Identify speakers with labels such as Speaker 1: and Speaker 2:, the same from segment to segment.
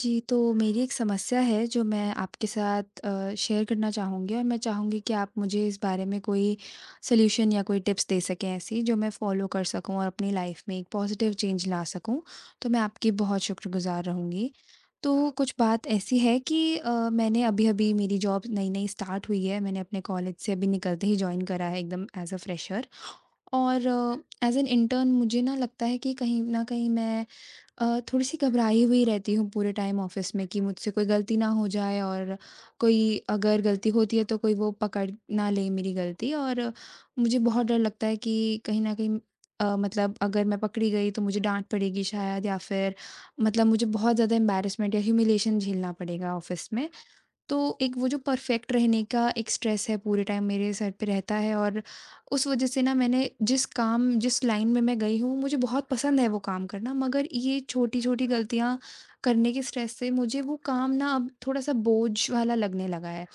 Speaker 1: जी, तो मेरी एक समस्या है जो मैं आपके साथ शेयर करना चाहूँगी और मैं चाहूँगी कि आप मुझे इस बारे में कोई सॉल्यूशन या कोई टिप्स दे सकें ऐसी जो मैं फ़ॉलो कर सकूँ और अपनी लाइफ़ में एक पॉजिटिव चेंज ला सकूँ। तो मैं आपकी बहुत शुक्रगुज़ार रहूँगी। तो कुछ बात ऐसी है कि मैंने अभी-अभी मेरी जॉब नई-नई स्टार्ट हुई है। मैंने अपने कॉलेज से अभी निकलते ही जॉइन करा है एकदम एज़ अ फ्रेशर और एज़ एन इंटर्न। मुझे ना लगता है कि कहीं न कहीं मैं थोड़ी-सी घबराई हुई रहती हूँ पूरे टाइम ऑफ़िस में कि मुझसे कोई गलती ना हो जाए, और कोई अगर गलती होती है तो कोई वो पकड़ ना ले मेरी गलती। और मुझे बहुत डर लगता है कि कहीं न कहीं मतलब अगर मैं पकड़ी गई तो मुझे डाँट पड़ेगी शायद, या फिर मतलब मुझे बहुत ज़्यादा एम्बैरेसमेंट या ह्यूमिलिएशन झेलना पड़ेगा ऑफ़िस में। तो एक वो जो परफेक्ट रहने का एक स्ट्रेस है पूरे टाइम मेरे सर पे रहता है, और उस वजह से ना मैंने जिस काम जिस लाइन में मैं गई हूँ मुझे बहुत पसंद है वो काम करना, मगर ये छोटी छोटी गलतियाँ करने के स्ट्रेस से मुझे वो काम ना अब थोड़ा सा बोझ वाला लगने लगा है।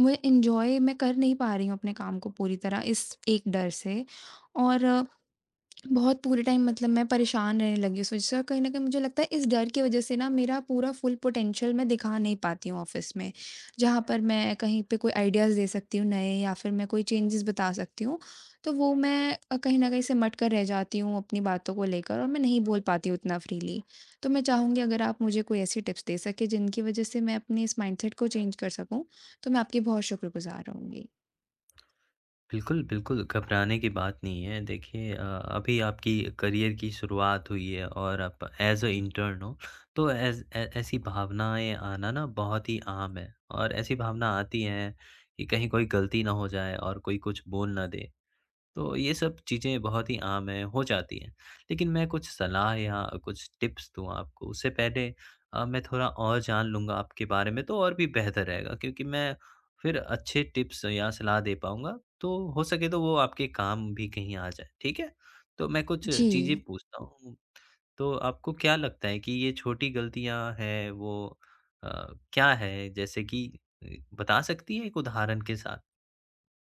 Speaker 1: मैं इंजॉय मैं कर नहीं पा रही हूँ अपने काम को पूरी तरह इस एक डर से। और बहुत पूरे टाइम मतलब मैं परेशान रहने लगी उस वजह से, और कहीं न कहीं मुझे लगता है इस डर की वजह से ना मेरा पूरा फुल पोटेंशियल मैं दिखा नहीं पाती हूँ ऑफ़िस में। जहाँ पर मैं कहीं पे कोई आइडियाज़ दे सकती हूँ नए या फिर मैं कोई चेंजेस बता सकती हूँ, तो वो मैं कहीं न कहीं सिमट कर रह जाती हूँ अपनी बातों को लेकर और मैं नहीं बोल पाती हूँ उतना फ्रीली। तो मैं चाहूँगी अगर आप मुझे कोई ऐसी टिप्स दे सकें जिनकी वजह से मैं अपने इस माइंडसेट को चेंज कर सकूँ, तो मैं आपकी बहुत शुक्रगुज़ार रहूँगी।
Speaker 2: बिल्कुल, बिल्कुल, घबराने की बात नहीं है। देखिए अभी आपकी करियर की शुरुआत हुई है और आप एज़ अ इंटर्न हो, तो ऐज़ ऐ ऐसी भावनाएँ आना ना बहुत ही आम है और ऐसी भावना आती है कि कहीं कोई गलती ना हो जाए और कोई कुछ बोल ना दे। तो ये सब चीज़ें बहुत ही आम हैं, हो जाती हैं। लेकिन मैं कुछ सलाह या कुछ टिप्स दूँ आपको, उससे पहले मैं थोड़ा और जान लूँगा आपके बारे में तो और भी बेहतर रहेगा क्योंकि मैं फिर अच्छे टिप्स या सलाह दे पाऊँगा, तो हो सके तो वो आपके काम भी कहीं आ जाए, ठीक है? तो मैं कुछ
Speaker 1: जी।
Speaker 2: चीज़ें पूछता हूँ, तो आपको क्या लगता है कि ये छोटी गलतियाँ हैं वो अ, क्या है? जैसे कि अ, बता सकती हैं एक उदाहरण के साथ?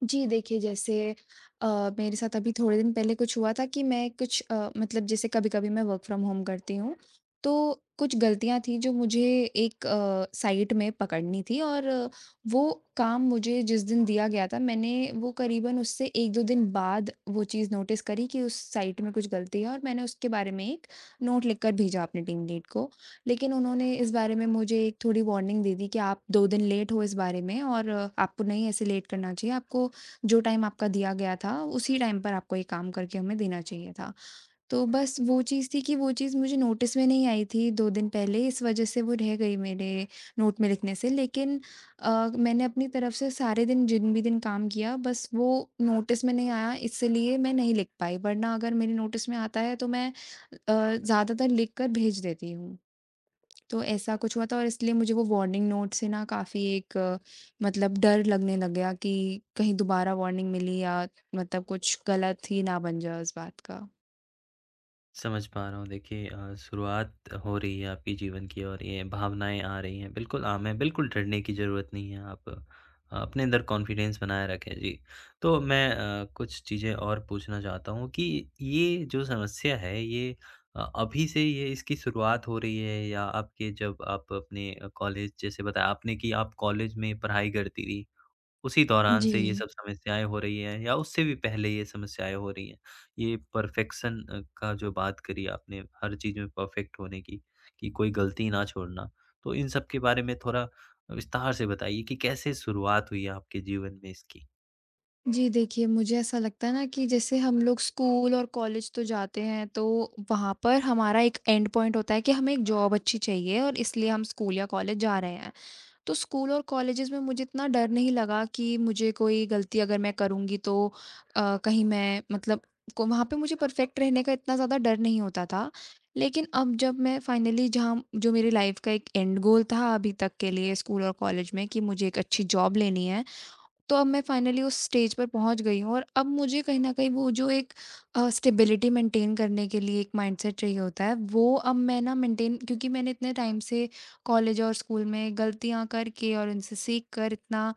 Speaker 1: जी, देखिए जैसे अ, मेरे साथ अभी थोड़े दिन पहले कुछ हुआ था कि मैं कुछ मतलब जैसे कभी-कभी मैं वर्क फ्रॉम होम करती हूँ, तो कुछ गलतियाँ थी जो मुझे एक साइट में पकड़नी थी। और वो काम मुझे जिस दिन दिया गया था मैंने वो करीबन उससे 1-2 दिन बाद वो चीज़ नोटिस करी कि उस साइट में कुछ गलती है, और मैंने उसके बारे में एक नोट लिखकर भेजा अपने टीम लीड को। लेकिन उन्होंने इस बारे में मुझे एक थोड़ी वार्निंग दे दी कि आप 2 दिन लेट हो इस बारे में, और आपको नहीं ऐसे लेट करना चाहिए, आपको जो टाइम आपका दिया गया था, उसी टाइम पर आपको ये काम करके हमें देना चाहिए था। तो बस वो चीज़ थी कि वो चीज़ मुझे नोटिस में नहीं आई थी 2 दिन पहले, इस वजह से वो रह गई मेरे नोट में लिखने से। लेकिन अ, मैंने अपनी तरफ से सारे दिन जिन भी दिन काम किया, बस वो नोटिस में नहीं आया, इसलिए मैं नहीं लिख पाई। वरना अगर मेरे नोटिस में आता है, तो मैं ज़्यादातर लिख कर भेज देती हूँ। तो ऐसा कुछ हुआ था और इसलिए मुझे वो वार्निंग नोट से ना काफ़ी एक मतलब डर लगने लग गया कि कहीं दोबारा वार्निंग मिली या मतलब कुछ गलत ही ना बन जाए उस बात का।
Speaker 2: समझ पा रहा हूँ। देखिए शुरुआत हो रही है आपके जीवन की और ये भावनाएँ आ रही हैं, बिल्कुल आम है, बिल्कुल डरने की ज़रूरत नहीं है। आप अपने अंदर कॉन्फिडेंस बनाए रखें। जी, तो मैं कुछ चीज़ें और पूछना चाहता हूँ कि ये जो समस्या है ये अभी से ये इसकी शुरुआत हो रही है या आपके जब आप अपने कॉलेज जैसे बताया आपने कि आप कॉलेज में पढ़ाई करती थी उसी दौरान
Speaker 1: जी।
Speaker 2: से ये सब समस्याएँ हो रही हैं या उससे भी पहले ये समस्याएँ हो रही हैं। ये परफ़ेक्शन का जो बात करी आपने हर चीज़ में परफ़ेक्ट होने की, कि कोई गलती ना छोड़ना। तो इन सब के बारे में थोड़ा विस्तार से बताइए कि कैसे शुरुआत हुई आपके जीवन में इसकी?
Speaker 1: जी, देखिए मुझे ऐसा लगता है ना कि जैसे हम लोग स्कूल और कॉलेज तो जाते हैं तो वहाँ पर हमारा एक एंड पॉइंट होता है कि हमें एक जॉब अच्छी चाहिए, और इसलिए हम स्कूल या कॉलेज जा रहे हैं। तो स्कूल और कॉलेजेस में मुझे इतना डर नहीं लगा कि मुझे कोई गलती अगर मैं करूँगी तो कहीं मैं मतलब को वहाँ पे मुझे परफेक्ट रहने का इतना ज़्यादा डर नहीं होता था। लेकिन अब जब मैं फाइनली जहाँ जो मेरी लाइफ़ का एक एंड गोल था अभी तक के लिए स्कूल और कॉलेज में कि मुझे एक अच्छी जॉब लेनी है, तो अब मैं फाइनली उस स्टेज पर पहुँच गई हूँ, और अब मुझे कहीं न कहीं वो जो एक स्टेबिलिटी मेंटेन करने के लिए एक माइंडसेट चाहिए होता है, वो अब मैं ना मेंटेन क्योंकि मैंने इतने टाइम से कॉलेज और स्कूल में गलतियाँ करके और उनसे सीख कर इतना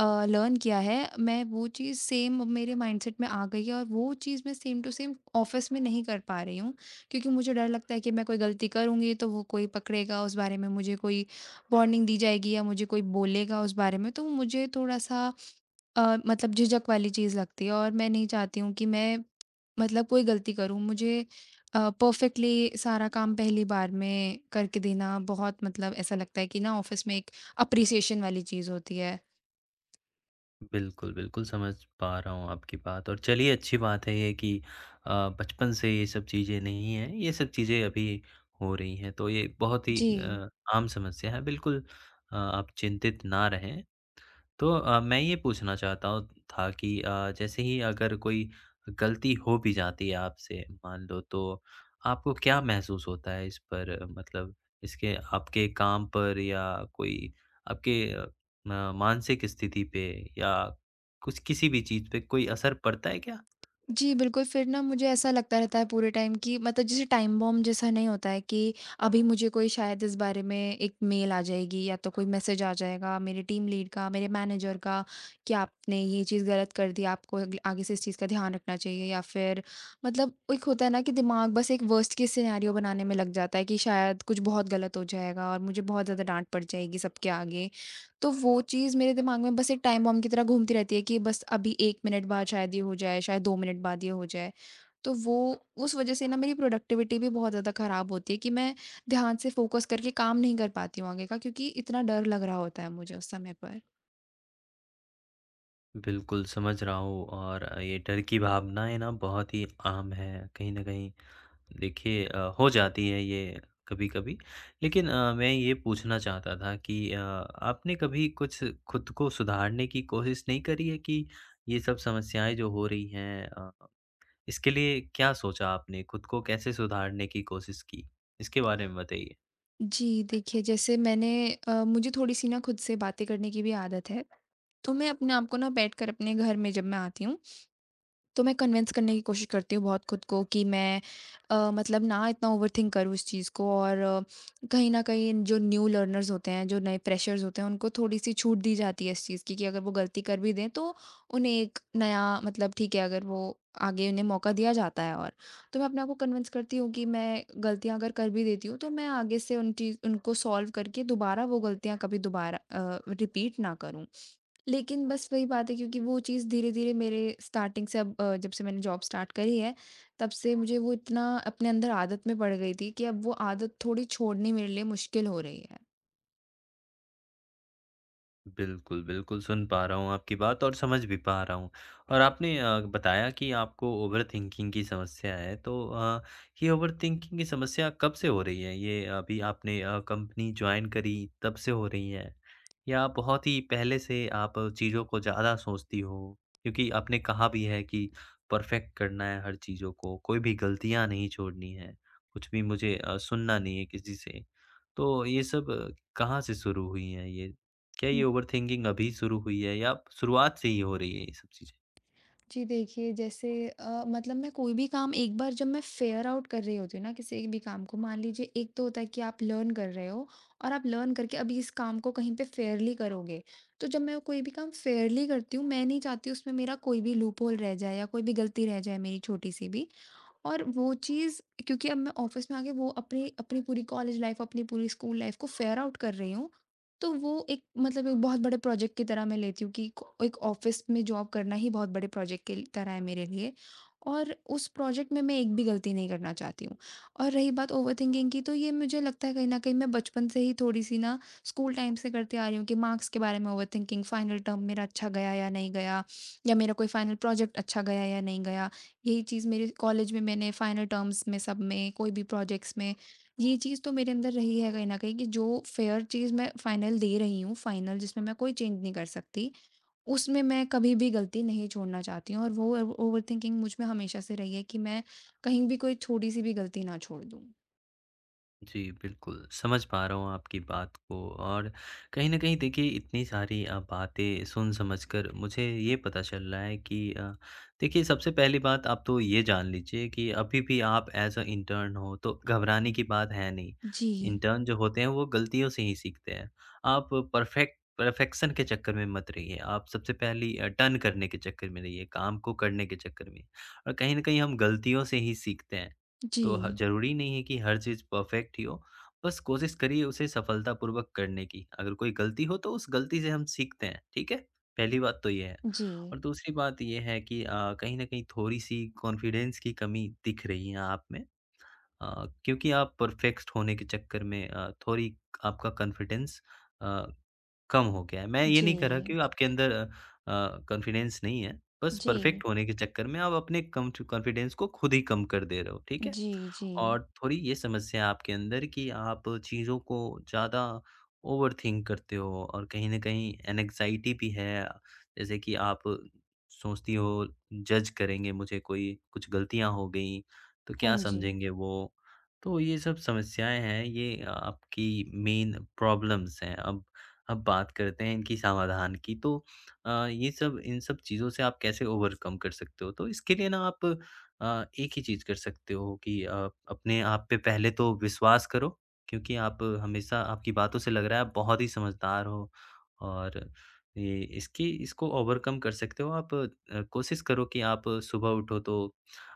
Speaker 1: लर्न किया है, मैं वो चीज़ सेम अब मेरे माइंडसेट में आ गई है और वो चीज़ मैं सेम टू सेम ऑफ़िस में नहीं कर पा रही हूँ। क्योंकि मुझे डर लगता है कि मैं कोई गलती करूँगी तो वो कोई पकड़ेगा, उस बारे में मुझे कोई वार्निंग दी जाएगी या मुझे कोई बोलेगा उस बारे में, तो मुझे थोड़ा-सा मतलब झिझक वाली चीज़ लगती है और मैं नहीं चाहती हूँ कि मैं मतलब कोई गलती करूँ। मुझे परफ़ेक्टली सारा काम पहली बार में करके देना बहुत मतलब ऐसा लगता है कि ना ऑफ़िस में एक एप्रिसिएशन वाली चीज़ होती है।
Speaker 2: बिल्कुल, बिल्कुल समझ पा रहा हूँ आपकी बात और चलिए अच्छी बात है ये कि बचपन से ये सब चीज़ें नहीं हैं, ये सब चीज़ें अभी हो रही हैं। तो ये बहुत ही
Speaker 1: जी।
Speaker 2: आम समस्या है। बिल्कुल आप चिंतित ना रहें। तो मैं ये पूछना चाहता था कि जैसे ही अगर कोई गलती हो भी जाती है आपसे मान लो तो आपको क्या महसूस होता है इस पर मतलब इसके आपके काम पर या कोई आपके मानसिक स्थिति पे या कुछ किसी भी चीज़ पे कोई असर पड़ता है क्या?
Speaker 1: जी, बिल्कुल, फिर ना मुझे ऐसा लगता रहता है पूरे टाइम कि मतलब जैसे टाइम बॉम्ब जैसा नहीं होता है कि अभी मुझे कोई शायद इस बारे में एक मेल आ जाएगी या तो कोई मैसेज आ जाएगा मेरे टीम लीड का, मेरे मैनेजर का कि आपने ये चीज़ गलत कर दी, आपको अग आगे से इस चीज़ का ध्यान रखना चाहिए या फिर मतलब एक होता है ना कि दिमाग बस एक वर्स्ट केस सिनेरियो बनाने में लग जाता है कि शायद कुछ बहुत गलत हो जाएगा और मुझे बहुत ज़्यादा डाँट पड़ जाएगी सबके आगे। तो वो चीज़ मेरे दिमाग में बस एक टाइम बॉम्ब की तरह घूमती रहती है कि बस अभी 1 मिनट बाद शायद ये हो जाए, शायद 2 मिनट बाद ये हो जाए। तो वो उस वज़ह से ना मेरी प्रोडक्टिविटी भी बहुत ज़्यादा ख़राब होती है कि मैं ध्यान से फ़ोकस करके काम नहीं कर पाती हूँ आगे का क्योंकि इतना डर लग रहा होता है मुझे उस समय पर।
Speaker 2: बिल्कुल, समझ रहा हूँ और ये डर की भावनाएँ ना बहुत ही आम है कहीं न कहीं देखिए हो जाती है ये कभी-कभी। लेकिन मैं ये पूछना चाहता था कि आपने कभी कुछ खुद को सुधारने की कोशिश नहीं करी है कि ये सब समस्याएँ जो हो रही हैं इसके लिए क्या सोचा आपने? खुद को कैसे सुधारने की कोशिश की? इसके बारे में बताइए।
Speaker 1: जी, देखिए जैसे मैंने मुझे थोड़ी-सी ना खुद से बातें करने की भी आदत है। तो मैं अपने आप को ना बैठकर अपने घर में जब मैं आती हूँ तो मैं कन्विंस करने की कोशिश करती हूँ बहुत खुद को कि मैं मतलब ना इतना ओवरथिंक करूँ इस चीज़ को, और कहीं न कहीं जो न्यू लर्नर्स होते हैं, जो नए फ्रेशर्स होते हैं, उनको थोड़ी-सी छूट दी जाती है इस चीज़ की कि अगर वो गलती कर भी दें तो उन्हें एक नया मतलब ठीक है अगर वो आगे उन्हें मौका दिया जाता है और। तो मैं अपने आप को कन्विंस करती हूँ कि मैं गलतियाँ अगर कर भी देती हूँ तो मैं आगे से उन चीज़ उनको सॉल्व करके दोबारा वो गलतियाँ कभी दोबारा रिपीट ना करूँ। लेकिन बस वही बात है क्योंकि वो चीज़ धीरे-धीरे मेरे स्टार्टिंग से अब जब से मैंने जॉब स्टार्ट करी है, तब से मुझे वो इतना अपने अंदर आदत में पड़ गई थी कि अब वो आदत थोड़ी छोड़नी मेरे लिए मुश्किल हो रही है।
Speaker 2: बिल्कुल, बिल्कुल, सुन पा रहा हूँ आपकी बात और समझ भी पा रहा हूँ। और आपने बताया कि आपको ओवरथिंकिंग की समस्या है, तो ये ओवरथिंकिंग की समस्या कब से हो रही है? ये अभी आपने कंपनी जॉइन करी तब से हो रही है? या बहुत ही पहले से आप चीज़ों को ज़्यादा सोचती हो? क्योंकि आपने कहा भी है कि परफेक्ट करना है हर चीज़ों को, कोई भी गलतियाँ नहीं छोड़नी है, कुछ भी मुझे सुनना नहीं है किसी से। तो ये सब कहाँ से शुरू हुई हैं ये क्या ये
Speaker 1: हुँ।
Speaker 2: ओवरथिंकिंग अभी शुरू हुई है या शुरुआत से ही हो रही है ये सब चीज़ें?
Speaker 1: जी, देखिए जैसे मतलब मैं कोई भी काम एक बार जब मैं फेयर आउट कर रही होती हूँ ना किसी एक भी काम को मान लीजिए एक तो होता है कि आप लर्न कर रहे हो, और आप लर्न करके अभी इस काम को कहीं पे फेयरली करोगे। तो जब मैं कोई भी काम फेयरली करती हूँ, मैं नहीं चाहती उसमें मेरा कोई भी लूपहोल रह जाए या कोई भी गलती रह जाए मेरी छोटी-सी भी। और वो चीज़ क्योंकि अब मैं ऑफिस में आके वो अपनी अपनी पूरी कॉलेज लाइफ, अपनी पूरी स्कूल लाइफ को फेयर आउट कर रही हूँ। तो वो एक मतलब एक बहुत बड़े प्रोजेक्ट की तरह मैं लेती हूँ कि को एक ऑफिस में जॉब करना ही बहुत बड़े प्रोजेक्ट की तरह है मेरे लिए, और उस प्रोजेक्ट में मैं एक भी गलती नहीं करना चाहती हूँ। और रही बात ओवरथिंकिंग की, तो ये मुझे लगता है कहीं न कहीं मैं बचपन से ही थोड़ी-सी ना स्कूल टाइम से करती आ रही हूँ कि मार्क्स के बारे में ओवरथिंकिंग, फाइनल टर्म मेरा अच्छा गया या नहीं गया, या मेरा कोई फाइनल प्रोजेक्ट अच्छा गया या नहीं गया। यही चीज़ मेरे कॉलेज में मैंने फाइनल टर्म्स में सब में कोई भी प्रोजेक्ट्स में ये चीज़ तो मेरे अंदर रही है कहीं न कहीं कि जो फ़ेयर चीज़ मैं फाइनल दे रही हूँ, फाइनल जिसमें मैं कोई चेंज नहीं कर सकती, उसमें मैं कभी भी गलती नहीं छोड़ना चाहती हूँ, और वो ओव ओवरथिंकिंग मुझ में हमेशा से रही है कि मैं कहीं भी कोई छोटी-सी भी गलती ना छोड़ दूँ।
Speaker 2: जी, बिल्कुल, समझ पा रहा हूँ आपकी बात को और कहीं न कहीं देखिए इतनी सारी बातें सुन समझ कर मुझे ये पता चल रहा है कि देखिए सबसे पहली बात आप तो ये जान लीजिए कि अभी भी आप एज़ अ इंटर्न हो तो घबराने की बात है नहीं।
Speaker 1: जी,
Speaker 2: इंटर्न जो होते हैं वो गलतियों से ही सीखते हैं। आप परफेक्ट परफेक्शन के चक्कर में मत रहिए। आप सबसे पहली डन करने के चक्कर में रहिए, काम को करने के चक्कर में और कहीं न कहीं हम गलतियों से ही सीखते हैं। तो ह
Speaker 1: जी,
Speaker 2: ज़रूरी नहीं है कि हर चीज़ परफ़ेक्ट ही हो, बस कोशिश करिए उसे सफलतापूर्वक करने की। अगर कोई गलती हो तो उस गलती से हम सीखते हैं, ठीक है? पहली बात तो ये है
Speaker 1: जी,
Speaker 2: और दूसरी बात ये है कि कहीं न कहीं थोड़ी-सी कॉन्फिडेंस की कमी दिख रही है आप में क्योंकि आप परफ़ेक्ट होने के चक्कर में थोड़ी आपका कॉन्फिडेंस अ, कम हो गया है। मैं ये
Speaker 1: जी,
Speaker 2: नहीं कह रहा कि आपके अंदर कॉन्फिडेंस नहीं है, बस
Speaker 1: जी,
Speaker 2: परफ़ेक्ट होने के चक्कर में आप अपने कम च कॉन्फिडेंस को खुद ही कम कर दे रहे हो, ठीक है?
Speaker 1: जी, जी।
Speaker 2: और थोड़ी ये समस्या है आपके अंदर कि आप चीज़ों को ज़्यादा ओवरथिंक करते हो और कहीं न कहीं एंग्ज़ायटी भी है। जैसे कि आप सोचती हो जज करेंगे मुझे कोई, कुछ गलतियाँ हो गई तो
Speaker 1: हाँ
Speaker 2: क्या
Speaker 1: जी।
Speaker 2: समझेंगे वो? तो ये सब समस्याएँ हैं, ये आपकी मेन प्रॉब्लम्स हैं। अब बात करते हैं इनकी समाधान की तो ये सब इन सब चीज़ों से आप कैसे ओवरकम कर सकते हो? तो इसके लिए ना आप एक ही चीज़ कर सकते हो कि अपने आप पे पहले तो विश्वास करो क्योंकि आप हमेशा आपकी बातों से लग रहा है आप बहुत ही समझदार हो और ये इसकी इसको ओवरकम कर सकते हो आप कोशिश करो कि आप सुबह उठो तो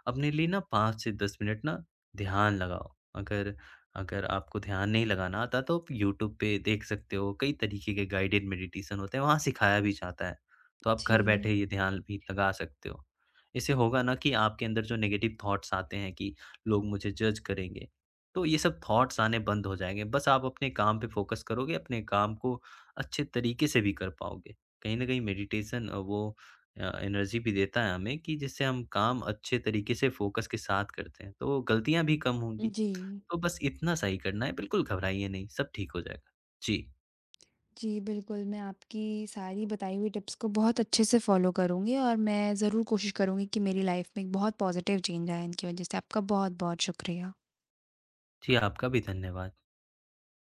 Speaker 2: अपने लिए ना 5 से 10 मिनट ना ध्यान लगाओ। अगर अगर आपको ध्यान नहीं लगाना आता तो आप यूट्यूब पे देख सकते हो, कई तरीके के गाइडेड मेडिटेशन होते हैं, वहाँ सिखाया भी जाता है। तो आप घर
Speaker 1: जी,
Speaker 2: बैठे ये ध्यान भी लगा सकते हो। इससे होगा ना कि आपके अंदर जो नेगेटिव थॉट्स आते हैं कि लोग मुझे जज करेंगे, तो ये सब थॉट्स आने बंद हो जाएँगे। बस आप अपने काम पे फ़ोकस करोगे, अपने काम को अच्छे तरीके से भी कर पाओगे। कहीं न कहीं मेडिटेशन वो एनर्जी भी देता है हमें कि जिससे हम काम अच्छे तरीके से फ़ोकस के साथ करते हैं, तो गलतियाँ भी कम होंगी।
Speaker 1: जी।
Speaker 2: तो बस इतना सा ही करना है, बिल्कुल घबराइए नहीं, सब ठीक हो जाएगा। जी।
Speaker 1: जी, बिल्कुल, मैं आपकी सारी बताई हुई टिप्स को बहुत अच्छे से फ़ॉलो करूँगी और मैं ज़रूर कोशिश करूँगी कि मेरी लाइफ़ में एक बहुत पॉज़िटिव चेंज आए इनकी वजह से। आपका बहुत-बहुत शुक्रिया।
Speaker 2: जी, आपका भी धन्यवाद।